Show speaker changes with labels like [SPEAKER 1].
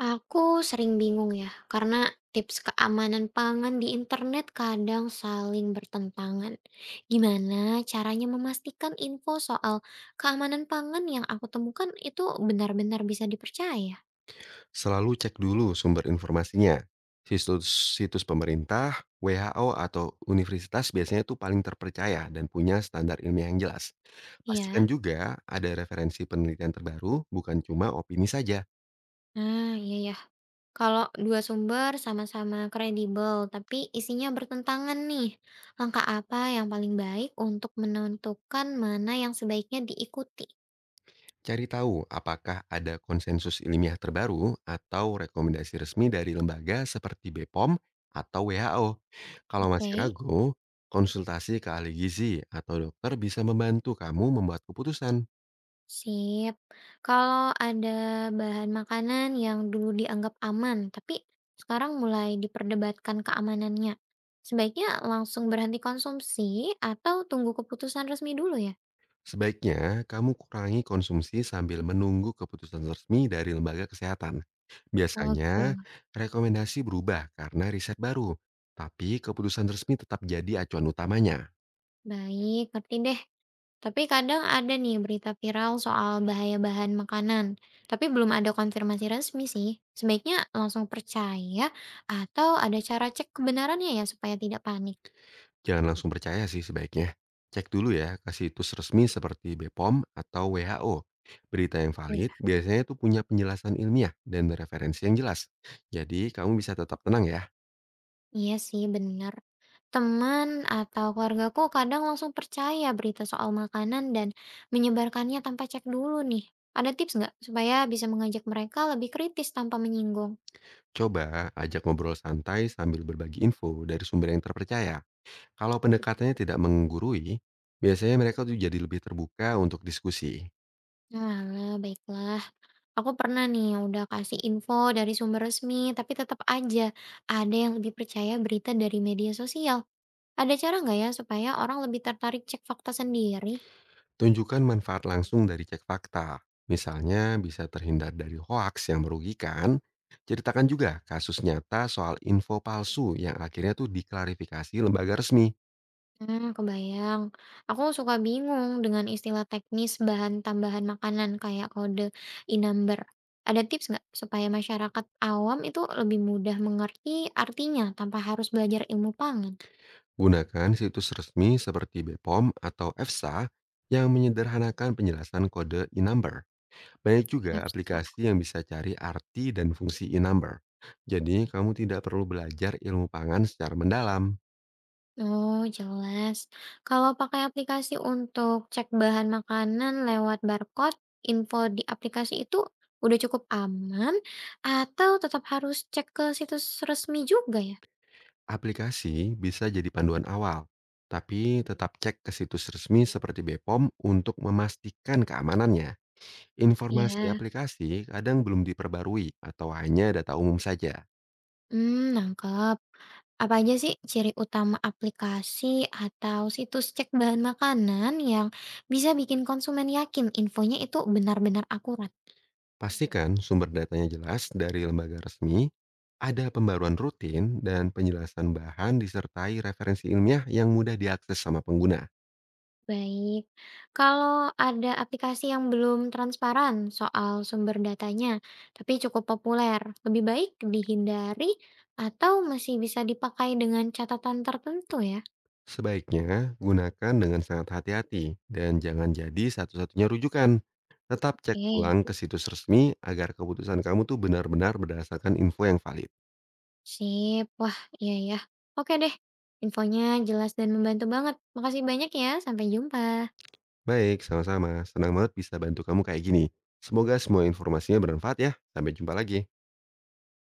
[SPEAKER 1] Aku sering bingung ya, karena tips keamanan pangan di internet kadang saling bertentangan. Gimana caranya memastikan info soal keamanan pangan yang aku temukan itu benar-benar bisa dipercaya?
[SPEAKER 2] Selalu cek dulu sumber informasinya. Situs, situs pemerintah, WHO, atau universitas biasanya itu paling terpercaya dan punya standar ilmiah yang jelas.
[SPEAKER 1] Ya,
[SPEAKER 2] Pastikan juga ada referensi penelitian terbaru, bukan cuma opini saja.
[SPEAKER 1] nah iya ya. Kalau dua sumber sama-sama kredibel tapi isinya bertentangan nih, langkah apa yang paling baik untuk menentukan mana yang sebaiknya diikuti?
[SPEAKER 2] Cari tahu apakah ada konsensus ilmiah terbaru atau rekomendasi resmi dari lembaga seperti BPOM atau WHO. Kalau
[SPEAKER 1] Oke.
[SPEAKER 2] masih ragu, konsultasi ke ahli gizi atau dokter bisa membantu kamu membuat keputusan.
[SPEAKER 1] Sip. Kalau ada bahan makanan yang dulu dianggap aman, tapi sekarang mulai diperdebatkan keamanannya, sebaiknya langsung berhenti konsumsi atau tunggu keputusan resmi dulu ya?
[SPEAKER 2] Sebaiknya kamu kurangi konsumsi sambil menunggu keputusan resmi dari lembaga kesehatan.
[SPEAKER 1] Oh
[SPEAKER 2] Biasanya
[SPEAKER 1] gitu.
[SPEAKER 2] rekomendasi berubah karena riset baru, tapi keputusan resmi tetap jadi acuan utamanya.
[SPEAKER 1] Baik, ngerti deh. Tapi kadang ada nih berita viral soal bahaya bahan makanan, tapi belum ada konfirmasi resmi sih. Sebaiknya langsung percaya atau ada cara cek kebenarannya ya supaya tidak panik.
[SPEAKER 2] Jangan langsung percaya sih sebaiknya. Cek dulu ya ke situs resmi seperti BPOM atau WHO. Berita yang valid biasanya tuh punya penjelasan ilmiah dan referensi yang jelas. Jadi kamu bisa tetap tenang ya.
[SPEAKER 1] Iya sih, benar. Teman atau keluargaku kadang langsung percaya berita soal makanan dan menyebarkannya tanpa cek dulu nih. Ada tips nggak supaya bisa mengajak mereka lebih kritis tanpa menyinggung?
[SPEAKER 2] Coba ajak ngobrol santai sambil berbagi info dari sumber yang terpercaya. Kalau pendekatannya tidak menggurui, biasanya mereka tuh jadi lebih terbuka untuk diskusi.
[SPEAKER 1] Nah, baiklah. Aku pernah nih udah kasih info dari sumber resmi, tapi tetap aja ada yang lebih percaya berita dari media sosial. Ada cara nggak ya supaya orang lebih tertarik cek fakta sendiri?
[SPEAKER 2] Tunjukkan manfaat langsung dari cek fakta. Misalnya bisa terhindar dari hoaks yang merugikan. Ceritakan juga kasus nyata soal info palsu yang akhirnya tuh diklarifikasi lembaga resmi.
[SPEAKER 1] Kebayang. Aku suka bingung dengan istilah teknis bahan tambahan makanan kayak kode e-number. Ada tips nggak supaya masyarakat awam itu lebih mudah mengerti artinya tanpa harus belajar ilmu pangan
[SPEAKER 2] Gunakan situs resmi seperti BPOM atau EFSA yang menyederhanakan penjelasan kode e-number. Banyak juga
[SPEAKER 1] abstrak?
[SPEAKER 2] aplikasi yang bisa cari arti dan fungsi e-number. Jadi, kamu tidak perlu belajar ilmu pangan secara mendalam.
[SPEAKER 1] Oh, jelas. Kalau pakai aplikasi untuk cek bahan makanan lewat barcode, info di aplikasi itu udah cukup aman atau tetap harus cek ke situs resmi juga ya?
[SPEAKER 2] Aplikasi bisa jadi panduan awal, tapi tetap cek ke situs resmi seperti BPOM untuk memastikan keamanannya. Informasi
[SPEAKER 1] Iya.
[SPEAKER 2] aplikasi kadang belum diperbarui atau hanya data umum saja.
[SPEAKER 1] Nangkep. Apa aja sih ciri utama aplikasi atau situs cek bahan makanan yang bisa bikin konsumen yakin infonya itu benar-benar akurat?
[SPEAKER 2] Pastikan sumber datanya jelas dari lembaga resmi, ada pembaruan rutin dan penjelasan bahan disertai referensi ilmiah yang mudah diakses sama pengguna.
[SPEAKER 1] Baik, kalau ada aplikasi yang belum transparan soal sumber datanya, tapi cukup populer, lebih baik dihindari atau masih bisa dipakai dengan catatan tertentu ya?
[SPEAKER 2] Sebaiknya gunakan dengan sangat hati-hati dan jangan jadi satu-satunya rujukan. Tetap cek
[SPEAKER 1] Oke.
[SPEAKER 2] ulang ke situs resmi agar keputusan kamu tuh benar-benar berdasarkan info yang valid.
[SPEAKER 1] Sip. Wah, iya ya. Oke deh. Infonya jelas dan membantu banget. Makasih banyak ya. Sampai jumpa.
[SPEAKER 2] Baik, sama-sama. Senang banget bisa bantu kamu kayak gini. Semoga semua informasinya bermanfaat ya. Sampai jumpa lagi.